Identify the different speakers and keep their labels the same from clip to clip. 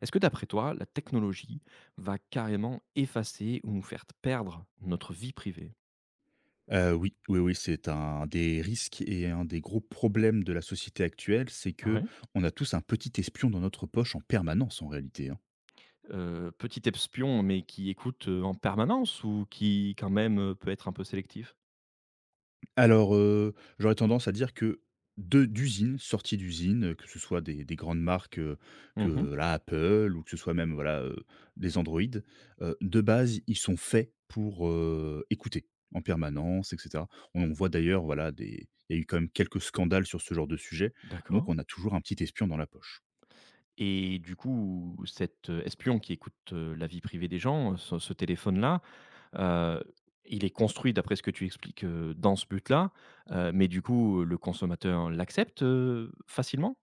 Speaker 1: Est-ce que d'après toi, la technologie va carrément effacer ou nous faire perdre notre vie privée?
Speaker 2: Oui, c'est un des risques et un des gros problèmes de la société actuelle, c'est
Speaker 1: Ah
Speaker 2: que
Speaker 1: ouais?
Speaker 2: on a tous un petit espion dans notre poche en permanence en réalité, hein.
Speaker 1: Petit espion, mais qui écoute, en permanence ou qui quand même, peut être un peu sélectif?
Speaker 2: Alors, j'aurais tendance à dire que de d'usines, sorties d'usines, que ce soit des grandes marques,
Speaker 1: Mmh.
Speaker 2: que la Apple ou que ce soit même voilà, des Android, de base, ils sont faits pour, écouter en permanence et cetera. On voit d'ailleurs voilà des il y a eu quand même quelques scandales sur ce genre de sujet, donc
Speaker 1: D'accord.
Speaker 2: on a toujours un petit espion dans la poche.
Speaker 1: Et du coup, cet espion qui écoute, la vie privée des gens, ce téléphone-là, heu, il est construit d'après ce que tu expliques, dans ce but-là, mais du coup, le consommateur l'accepte, facilement?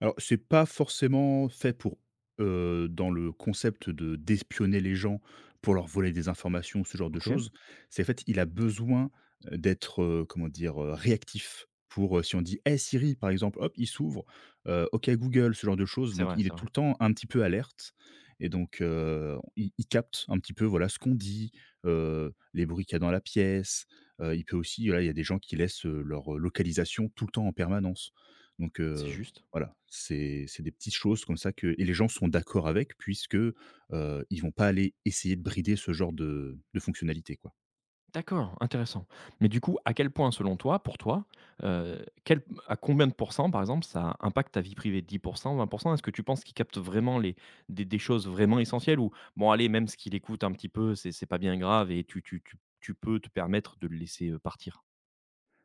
Speaker 2: Alors, c'est pas forcément fait pour, dans le concept de d'espionner les gens pour leur voler des informations, ce genre de
Speaker 1: OK.
Speaker 2: choses. C'est en fait, il a besoin, d'être, comment dire? Réactif pour, si on dit: «Hey Siri» par exemple, hop, il s'ouvre, OK Google, ce genre de choses.
Speaker 1: C'est
Speaker 2: Donc
Speaker 1: vrai,
Speaker 2: il est
Speaker 1: c'est
Speaker 2: tout
Speaker 1: vrai.
Speaker 2: le temps un petit peu alerte et donc il capte un petit peu, voilà, ce qu'on dit, les bruits qu'il y a dans la pièce. Il peut aussi, là, il y a des gens qui laissent, leur, localisation tout le temps en permanence. Donc
Speaker 1: C'est juste.
Speaker 2: voilà, c'est des petites choses comme ça que et les gens sont d'accord avec puisque, ils vont pas aller essayer de brider ce genre de fonctionnalité, quoi.
Speaker 1: D'accord, intéressant. Mais du coup, à quel point selon toi, pour toi, quel à combien de pourcents par exemple ça impacte ta vie privée? 10 20 Est-ce que tu penses qu'il capte vraiment les des choses vraiment essentielles ou bon allez même ce qu'il écoute un petit peu c'est pas bien grave et tu peux te permettre de le laisser, partir?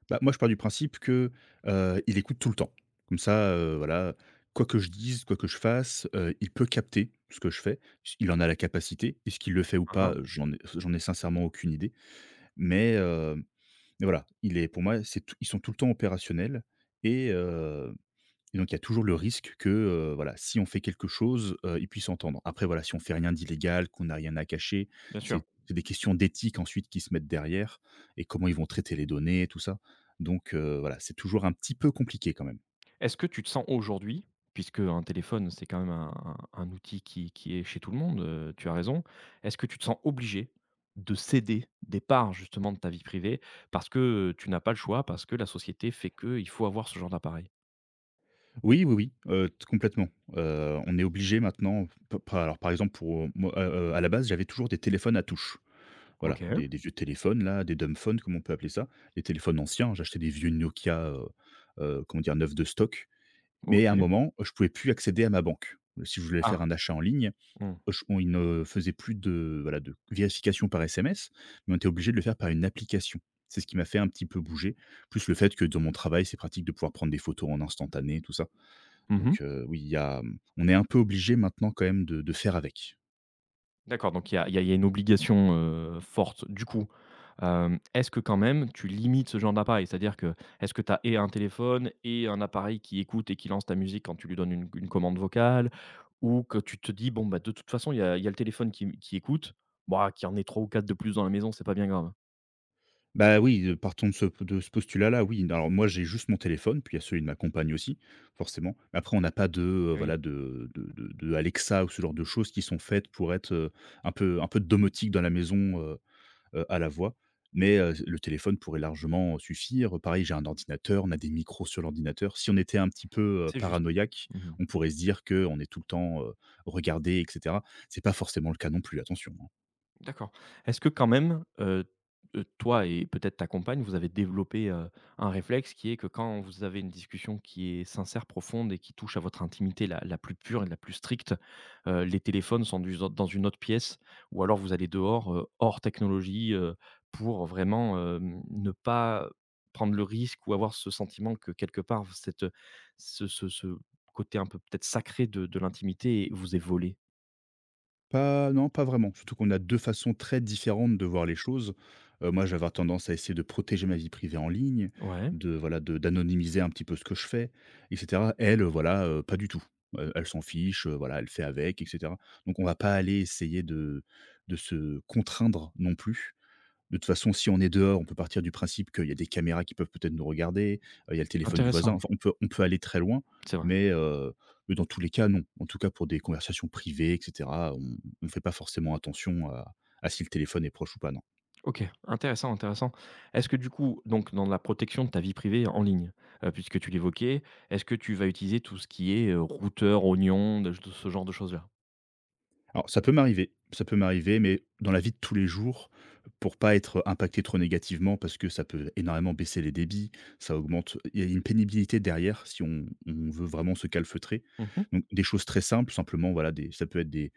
Speaker 2: Bah, moi, je pars du principe que, il écoute tout le temps. Comme ça, voilà, quoi que je dise, quoi que je fasse, il peut capter ce que je fais. Il en a la capacité. Est-ce qu'il le fait ou
Speaker 1: Hein
Speaker 2: pas?
Speaker 1: hein,
Speaker 2: J'en ai sincèrement aucune idée. Mais, heu, mais voilà, il est pour moi, c'est tout ils sont tout le temps opérationnels et heu et donc il y a toujours le risque que, voilà, si on fait quelque chose, ils puissent entendre. Après voilà, si on fait rien d'illégal, qu'on n'a rien à cacher,
Speaker 1: bien sûr.
Speaker 2: c'est des questions d'éthique ensuite qui se mettent derrière et comment ils vont traiter les données, tout ça. Donc voilà, c'est toujours un petit peu compliqué quand même.
Speaker 1: Est-ce que tu te sens aujourd'hui, puisque un téléphone, c'est quand même un outil qui est chez tout le monde, tu as raison. Est-ce que tu te sens obligé de céder des parts justement de ta vie privée parce que, tu n'as pas le choix, parce que la société fait que il faut avoir ce genre d'appareil?
Speaker 2: Oui, oui, oui, t complètement. On est obligé maintenant p p alors par exemple pour moi, à la base, j'avais toujours des téléphones à touche. Voilà,
Speaker 1: OK,
Speaker 2: des vieux téléphones là, des dumbphones comme on peut appeler ça, les téléphones anciens. J'achetais des vieux Nokia, comment dire? Neufs de stock. Mais à un
Speaker 1: OK.
Speaker 2: moment, je pouvais plus accéder à ma banque. Si je voulais faire
Speaker 1: Ah,
Speaker 2: un achat en ligne,
Speaker 1: mmh.
Speaker 2: je on il ne faisait plus de, voilà, de vérification par SMS, mais on était obligé de le faire par une application. C'est ce qui m'a fait un petit peu bouger, plus le fait que dans mon travail, c'est pratique de pouvoir prendre des photos en instantané, tout ça.
Speaker 1: Mmh.
Speaker 2: Donc, oui, il y a, on est un peu obligé maintenant quand même de faire avec.
Speaker 1: D'accord, donc il y a il y a il y a une obligation, forte. Du coup, est-ce que quand même tu limites ce genre d'appareil? C'est-à-dire que, est-ce que tu as et un téléphone et un appareil qui écoute et qui lance ta musique quand tu lui donnes une commande vocale? Ou que tu te dis: «Bon, bah, de toute façon, il y a le téléphone qui écoute. Bah, qu'il y en ait 3 ou 4 de plus dans la maison, c'est pas bien grave».
Speaker 2: Bah, oui, partons de ce postulat-là, oui. Alors moi, j'ai juste mon téléphone, puis il y a celui de ma compagne aussi, forcément. Mais après, on n'a pas de,
Speaker 1: Oui,
Speaker 2: voilà, de Alexa ou ce genre de choses qui sont faites pour être, un peu de domotique dans la maison, à la voix. Mais, le téléphone pourrait largement, suffire. Pareil, j'ai un ordinateur, on a des micros sur l'ordinateur. Si on était un petit peu,
Speaker 1: c'est juste.
Speaker 2: paranoïaque,
Speaker 1: Mmh.
Speaker 2: on pourrait se dire qu'on est tout le temps, regardé et cetera. C'est pas forcément le cas non plus, attention, hein.
Speaker 1: D'accord. Est-ce que quand même, toi et peut-être ta compagne, vous avez développé, un réflexe qui est que quand vous avez une discussion qui est sincère, profonde et qui touche à votre intimité la plus pure et la plus stricte, les téléphones sont dus dans une autre pièce ou alors vous allez dehors, hors technologie, pour vraiment, ne pas prendre le risque ou avoir ce sentiment que quelque part ce côté un peu peut-être sacré de l'intimité vous est volé?
Speaker 2: Pas non, pas vraiment. Surtout qu'on a 2 façons très différentes de voir les choses. Moi, j'avais tendance à essayer de protéger ma vie privée en ligne,
Speaker 1: Ouais,
Speaker 2: de voilà, de d'anonymiser un petit peu ce que je fais et cetera. Elle, voilà, pas du tout. Elle s'en fiche, voilà, elle fait avec et cetera. Donc on va pas aller essayer de se contraindre non plus, de toute façon, si on est dehors, on peut partir du principe qu'il y a des caméras qui peuvent peut-être nous regarder, il y a le téléphone du voisin,
Speaker 1: intéressant.
Speaker 2: enfin on peut aller très loin,
Speaker 1: C'est vrai.
Speaker 2: mais heu, mais dans tous les cas, non. En tout cas, pour des conversations privées et cetera, on ne fait pas forcément attention à si le téléphone est proche ou pas, non.
Speaker 1: OK, intéressant, intéressant. Est-ce que du coup, donc dans la protection de ta vie privée en ligne, puisque tu l'évoquais, est-ce que tu vas utiliser tout ce qui est, routeur, oignon, de ce genre de choses-là?
Speaker 2: Alors ça peut m'arriver, mais dans la vie de tous les jours, pour pas être impacté trop négativement, parce que ça peut énormément baisser les débits, ça augmente il y a une pénibilité derrière si on veut vraiment se calfeutrer.
Speaker 1: Mmh.
Speaker 2: Donc des choses très simples, simplement, voilà, des ça peut être des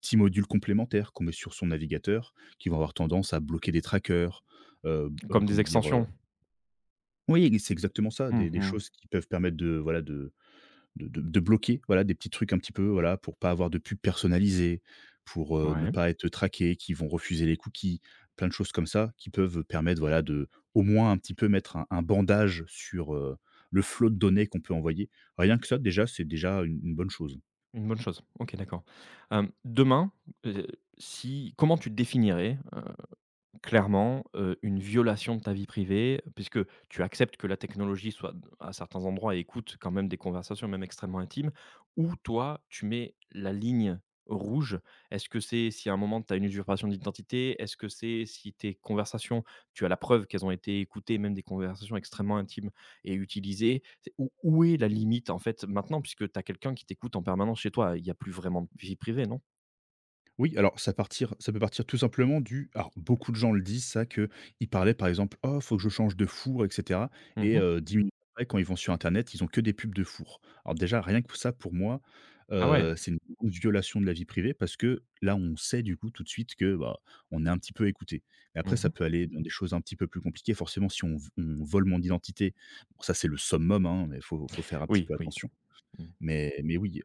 Speaker 2: petits modules complémentaires qu'on met sur son navigateur, qui vont avoir tendance à bloquer des trackers,
Speaker 1: Comme des
Speaker 2: comment dire,
Speaker 1: extensions?
Speaker 2: oui, c'est exactement ça, des
Speaker 1: Mmh.
Speaker 2: choses qui peuvent permettre de, voilà, de bloquer, voilà, des petits trucs un petit peu, voilà, pour pas avoir de pubs personnalisées pour, ne
Speaker 1: Ouais,
Speaker 2: pas être traqué, qui vont refuser les cookies, plein de choses comme ça qui peuvent permettre, voilà, de au moins un petit peu mettre un bandage sur, le flot de données qu'on peut envoyer. Rien que ça déjà, c'est déjà une bonne chose.
Speaker 1: une bonne chose. OK, d'accord. Demain, heu, si comment tu te définirais, clairement, une violation de ta vie privée, puisque tu acceptes que la technologie soit à certains endroits et écoute quand même des conversations même extrêmement intimes, ou toi, tu mets la ligne rouge? Est-ce que c'est si à un moment tu as une usurpation d'identité? Est-ce que c'est si tes conversations, tu as la preuve qu'elles ont été écoutées, même des conversations extrêmement intimes et utilisées? C'est où est la limite, en fait, maintenant? Puisque tu as quelqu'un qui t'écoute en permanence chez toi, il y a plus vraiment de vie privée, non?
Speaker 2: Oui, alors ça peut partir tout simplement du alors beaucoup de gens le disent ça, que ils parlaient par exemple: «Oh faut que je change de four et cetera» et
Speaker 1: Mmh.
Speaker 2: 10 minutes après quand ils vont sur internet, ils ont que des pubs de four. Alors déjà rien que ça pour moi,
Speaker 1: Ah ouais?
Speaker 2: c'est une grosse violation de la vie privée parce que là on sait du coup tout de suite que, bah, on est un petit peu écouté. Mais après ça
Speaker 1: Mmh.
Speaker 2: peut aller dans des choses un petit peu plus compliquées. Forcément si on vole mon identité, bon ça c'est le summum, hein, mais il faut faire un petit
Speaker 1: Oui,
Speaker 2: peu
Speaker 1: oui.
Speaker 2: attention.
Speaker 1: Mmh.
Speaker 2: Mais oui,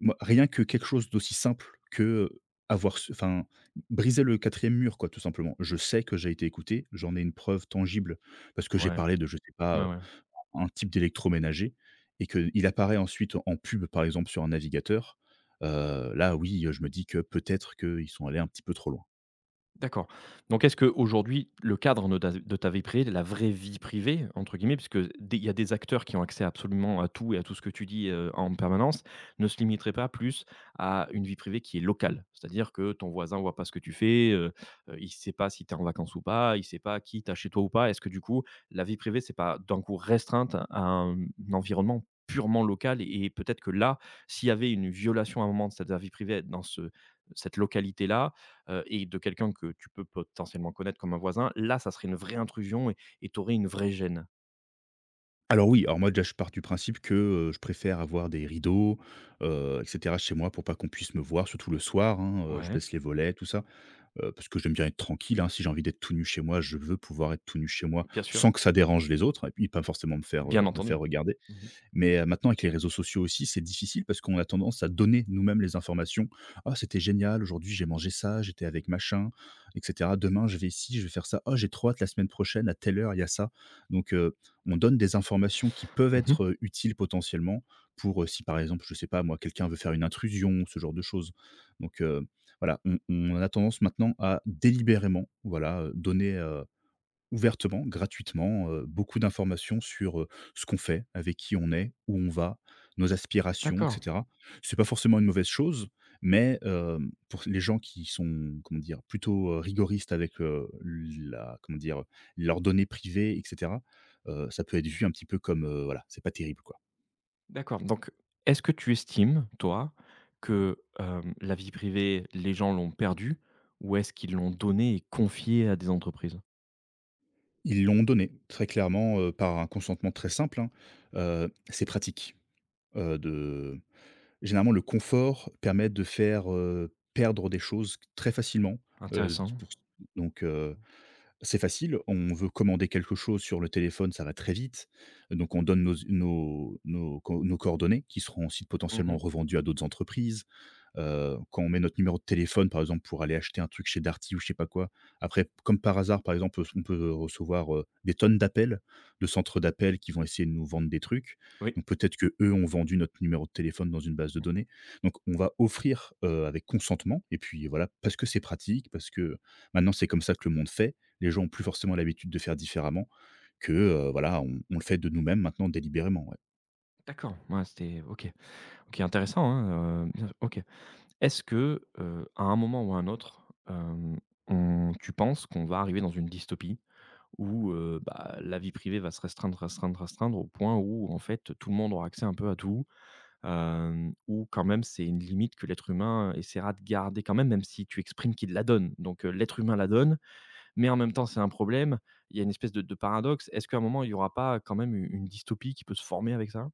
Speaker 2: moi, rien que quelque chose d'aussi simple que, avoir ce enfin, briser le quatrième mur quoi, tout simplement. Je sais que j'ai été écouté, j'en ai une preuve tangible parce que j'ai
Speaker 1: Ouais.
Speaker 2: parlé de je sais pas,
Speaker 1: Ouais, ouais.
Speaker 2: un type d'électroménager et qu'il apparaît ensuite en pub, par exemple, sur un navigateur. Là, oui, je me dis que peut-être qu'ils sont allés un petit peu trop loin.
Speaker 1: D'accord. Donc est-ce qu'aujourd'hui, le cadre de ta vie privée, de la «vraie vie privée» entre guillemets, puisque des il y a des acteurs qui ont accès absolument à tout et à tout ce que tu dis, en permanence, ne se limiterait pas plus à une vie privée qui est locale? C'est-à-dire que ton voisin ne voit pas ce que tu fais, il ne sait pas si tu es en vacances ou pas, il ne sait pas qui tu as chez toi ou pas. Est-ce que du coup, la vie privée, c'est pas d'un coup restreinte à un environnement purement local et peut-être que là, s'il y avait une violation à un moment de cette vie privée dans ce cette localité-là, et de quelqu'un que tu peux potentiellement connaître comme un voisin, là, ça serait une vraie intrusion et tu aurais une vraie gêne.
Speaker 2: Alors oui, alors moi déjà je pars du principe que, je préfère avoir des rideaux, et cetera chez moi pour pas qu'on puisse me voir, surtout le soir, hein, je
Speaker 1: Ouais.
Speaker 2: baisse les volets, tout ça. Parce que j'aime bien être tranquille, hein. Si j'ai envie d'être tout nu chez moi, je veux pouvoir être tout nu chez moi
Speaker 1: Bien sûr,
Speaker 2: sans que ça dérange les autres et puis pas forcément
Speaker 1: bien
Speaker 2: me faire
Speaker 1: entendu.
Speaker 2: regarder.
Speaker 1: Mmh mh.
Speaker 2: Mais maintenant avec les réseaux sociaux aussi, c'est difficile parce qu'on a tendance à donner nous-mêmes les informations. «Ah c'était génial, aujourd'hui j'ai mangé ça, j'étais avec machin et cetera. Demain je vais ici, je vais faire ça. Ah j'ai trop hâte la semaine prochaine à telle heure il y a ça». Donc on donne des informations qui peuvent
Speaker 1: Mmh.
Speaker 2: être, utiles potentiellement pour, si par exemple, je sais pas moi, quelqu'un veut faire une intrusion, ce genre de choses. Donc voilà, on a tendance maintenant à délibérément, voilà, donner, ouvertement, gratuitement, beaucoup d'informations sur, ce qu'on fait, avec qui on est, où on va, nos aspirations, et
Speaker 1: D'accord,
Speaker 2: cetera. C'est pas forcément une mauvaise chose, mais, pour les gens qui sont, comment dire? Plutôt, rigoristes avec, la comment dire? Leurs données privées, et cetera, ça peut être vu un petit peu comme, voilà, c'est pas terrible, quoi.
Speaker 1: d'accord. Donc, est-ce que tu estimes, toi, que, la vie privée, les gens l'ont perdue ou est-ce qu'ils l'ont donnée et confiée à des entreprises?
Speaker 2: Ils l'ont donné, très clairement, par un consentement très simple, hein, c'est pratique, de Généralement, le confort permet de faire, perdre des choses très facilement,
Speaker 1: Intéressant.
Speaker 2: pour donc c'est facile. On veut commander quelque chose sur le téléphone, ça va très vite, donc on donne nos coordonnées qui seront ensuite potentiellement
Speaker 1: Mmh.
Speaker 2: revendues à d'autres entreprises. Quand on met notre numéro de téléphone, par exemple, pour aller acheter un truc chez Darty ou je sais pas quoi. Après, comme par hasard, par exemple, on peut recevoir, des tonnes d'appels, de centres d'appels qui vont essayer de nous vendre des trucs.
Speaker 1: Oui.
Speaker 2: Donc peut-être que eux ont vendu notre numéro de téléphone dans une base de
Speaker 1: Mmh.
Speaker 2: données. Donc on va offrir, avec consentement et puis voilà, parce que c'est pratique, parce que maintenant c'est comme ça que le monde fait. Les gens ont plus forcément l'habitude de faire différemment que, voilà, on le fait de nous-mêmes maintenant délibérément, ouais.
Speaker 1: D'accord, ouais, c'était OK. OK, intéressant, hein, bien OK. Est-ce que, à un moment ou à un autre, hem, on tu penses qu'on va arriver dans une dystopie où, bah, la vie privée va se restreindre, restreindre, restreindre au point où, en fait, tout le monde aura accès un peu à tout, où quand même c'est une limite que l'être humain essaiera de garder quand même, même si tu exprimes qu'il la donne. Donc, l'être humain la donne, mais en même temps c'est un problème. Il y a une espèce de paradoxe. Est-ce qu'à un moment il n'y aura pas quand même u une dystopie qui peut se former avec ça?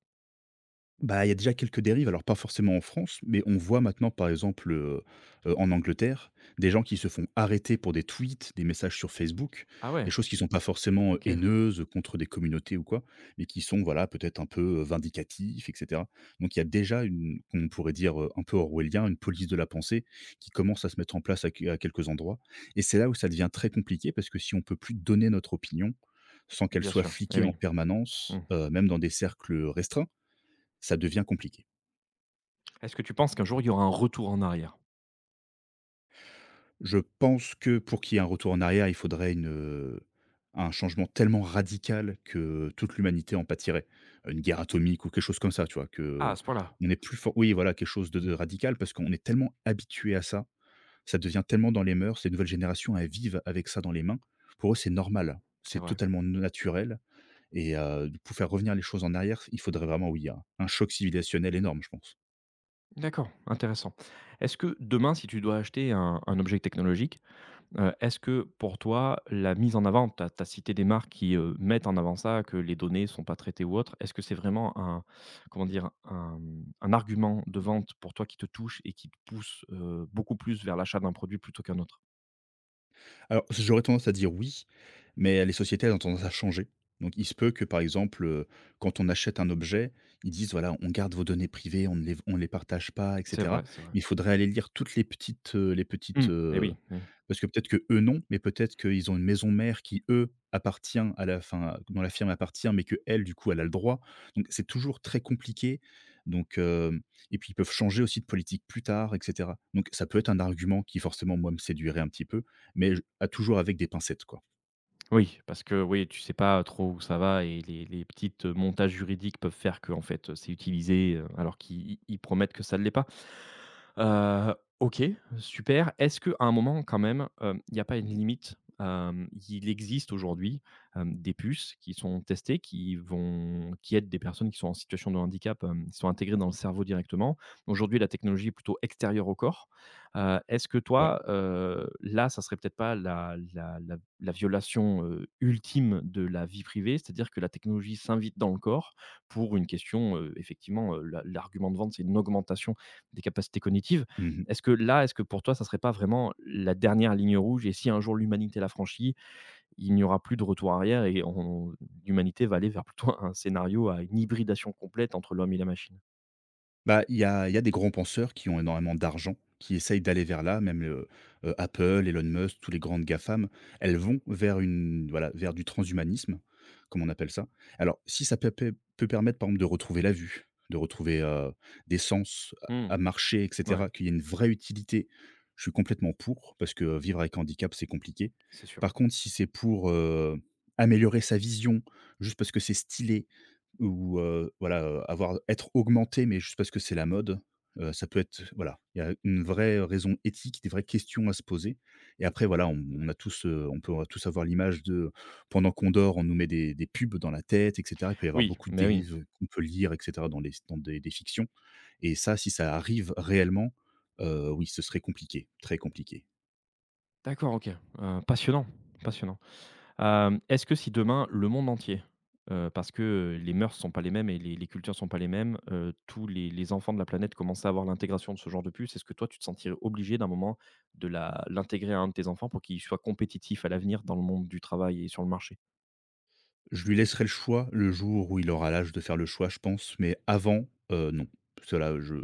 Speaker 2: Bah, il y a déjà quelques dérives, alors pas forcément en France, mais on voit maintenant, par exemple, en Angleterre, des gens qui se font arrêter pour des tweets, des messages sur Facebook,
Speaker 1: Ah ouais,
Speaker 2: des choses qui sont pas forcément,
Speaker 1: OK.
Speaker 2: haineuses contre des communautés ou quoi, mais qui sont, voilà, peut-être un peu, vindicatifs et cetera. Donc il y a déjà une on pourrait dire, un peu orwellien, une police de la pensée qui commence à se mettre en place à quelques endroits, et c'est là où ça devient très compliqué parce que si on peut plus donner notre opinion sans qu'elle
Speaker 1: Bien
Speaker 2: soit
Speaker 1: sûr. Eh
Speaker 2: fliquée en
Speaker 1: oui.
Speaker 2: permanence,
Speaker 1: Mmh.
Speaker 2: même dans des cercles restreints, ça devient compliqué.
Speaker 1: Est-ce que tu penses qu'un jour il y aura un retour en arrière?
Speaker 2: Je pense que pour qu'il y ait un retour en arrière, il faudrait une, un changement tellement radical que toute l'humanité en pâtirait. Une guerre atomique ou quelque chose comme ça, tu vois?
Speaker 1: Ah,
Speaker 2: Que
Speaker 1: à ce point-là.
Speaker 2: on est plus fort, oui, voilà, quelque chose de
Speaker 1: Mmh.
Speaker 2: radical parce qu'on est tellement habitué à ça, ça devient tellement dans les mœurs. Les nouvelles générations, elles vivent avec ça dans les mains. Pour eux, c'est normal,
Speaker 1: C'est
Speaker 2: c'est
Speaker 1: vrai.
Speaker 2: totalement naturel, et pour faire revenir les choses en arrière, il faudrait vraiment, oui, un choc civilisationnel énorme, je pense.
Speaker 1: D'accord, intéressant. Est-ce que demain, si tu dois acheter un objet technologique, est-ce que pour toi, la mise en avant tu as cité des marques qui, mettent en avant ça, que les données ne sont pas traitées ou autre. Est-ce que c'est vraiment un comment dire? Un argument de vente pour toi qui te touche et qui te pousse, beaucoup plus vers l'achat d'un produit plutôt qu'un autre?
Speaker 2: Alors, j'aurais tendance à dire oui, mais les sociétés, elles ont tendance à changer. Donc, il se peut que, par exemple, quand on achète un objet, ils disent: «Voilà, on garde vos données privées, on ne les partage pas» et
Speaker 1: C'est
Speaker 2: cetera.
Speaker 1: vrai, c'est vrai.
Speaker 2: Mais il faudrait aller lire toutes les petites,
Speaker 1: Mmh. Et oui, mmh.
Speaker 2: parce que peut-être que eux non, mais peut-être qu'ils ont une maison mère qui, eux, appartient à la fin dont la firme appartient, mais que elle du coup, elle a le droit. Donc c'est toujours très compliqué. Donc, hem et puis ils peuvent changer aussi de politique plus tard et cetera. Donc ça peut être un argument qui, forcément, moi, me séduirait un petit peu. Mais j à toujours avec des pincettes, quoi.
Speaker 1: Oui, parce que oui, tu sais pas trop où ça va et les petites, montages juridiques peuvent faire que en fait, c'est utilisé, alors qu'ils promettent que ça ne l'est pas. Heu, OK, super. Est-ce qu'à un moment quand même, il n'y a pas une limite? Il existe aujourd'hui, des puces qui sont testées, qui aident des personnes qui sont en situation de handicap, qui sont intégrées dans le cerveau directement. Aujourd'hui, la technologie est plutôt extérieure au corps. Est-ce que
Speaker 2: Ouais.
Speaker 1: toi, là, ça serait peut-être pas la violation, ultime de la vie privée? C'est-à-dire que la technologie s'invite dans le corps pour une question, effectivement, l'argument de vente, c'est une augmentation des capacités cognitives.
Speaker 2: Mmh.
Speaker 1: Est-ce que là, est-ce que pour toi, ça serait pas vraiment la dernière ligne rouge et si un jour l'humanité l'a franchit, il n'y aura plus de retour arrière et on l'humanité va aller vers plutôt un scénario à une hybridation complète entre l'homme et la machine?
Speaker 2: Bah, il y a des grands penseurs qui ont énormément d'argent, qui essayent d'aller vers là, même, Apple, Elon Musk, tous les grandes GAFAM, elles vont vers une voilà, vers du transhumanisme, comme on appelle ça. Alors, si ça peut permettre, par exemple, de retrouver la vue, de retrouver, des sens à
Speaker 1: Mmh,
Speaker 2: à marcher et
Speaker 1: ouais,
Speaker 2: cetera, qu'il y ait une vraie utilité, je suis complètement pour, parce que vivre avec handicap, c'est compliqué.
Speaker 1: c'est sûr.
Speaker 2: Par contre, si c'est pour, améliorer sa vision, juste parce que c'est stylé. Ou, voilà, avoir être augmenté, mais juste parce que c'est la mode, ça peut être voilà, il y a une vraie raison éthique, des vraies questions à se poser, et après voilà, on a tous, on peut tous avoir l'image de pendant qu'on dort, on nous met des pubs dans la tête et cetera. Il peut y avoir
Speaker 1: Oui,
Speaker 2: beaucoup de
Speaker 1: mais oui.
Speaker 2: dérives qu'on peut lire et cetera dans les dans des fictions, et ça, si ça arrive réellement, oui, ce serait compliqué, très compliqué.
Speaker 1: D'accord, OK, passionnant, passionnant. Est-ce que si demain le monde entier, parce que, les mœurs sont pas les mêmes et les cultures sont pas les mêmes, tous les enfants de la planète commencent à avoir l'intégration de ce genre de puce, est-ce que toi tu te sentirais obligé d'un moment de la l'intégrer à un de tes enfants pour qu'il soit compétitif à l'avenir dans le monde du travail et sur le marché?
Speaker 2: Je lui laisserai le choix le jour où il aura l'âge de faire le choix, je pense, mais avant, non. Cela je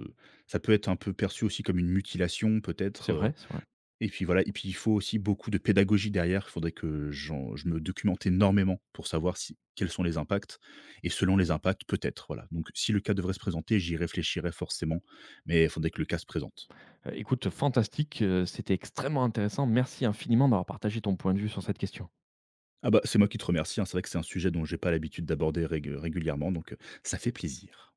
Speaker 2: ça peut être un peu perçu aussi comme une mutilation
Speaker 1: C'est
Speaker 2: peut-être,
Speaker 1: vrai, c'est vrai.
Speaker 2: et puis voilà et puis il faut aussi beaucoup de pédagogie derrière. Il faudrait que j'en je me documente énormément pour savoir si quels sont les impacts, et selon les impacts, peut-être, voilà. Donc si le cas devrait se présenter, j'y réfléchirai forcément, mais il faudrait que le cas se présente.
Speaker 1: Écoute, fantastique, c'était extrêmement intéressant. Merci infiniment d'avoir partagé ton point de vue sur cette question.
Speaker 2: Ah bah, c'est moi qui te remercie, hein. C'est vrai que c'est un sujet dont j'ai pas l'habitude d'aborder régulièrement, donc ça fait plaisir.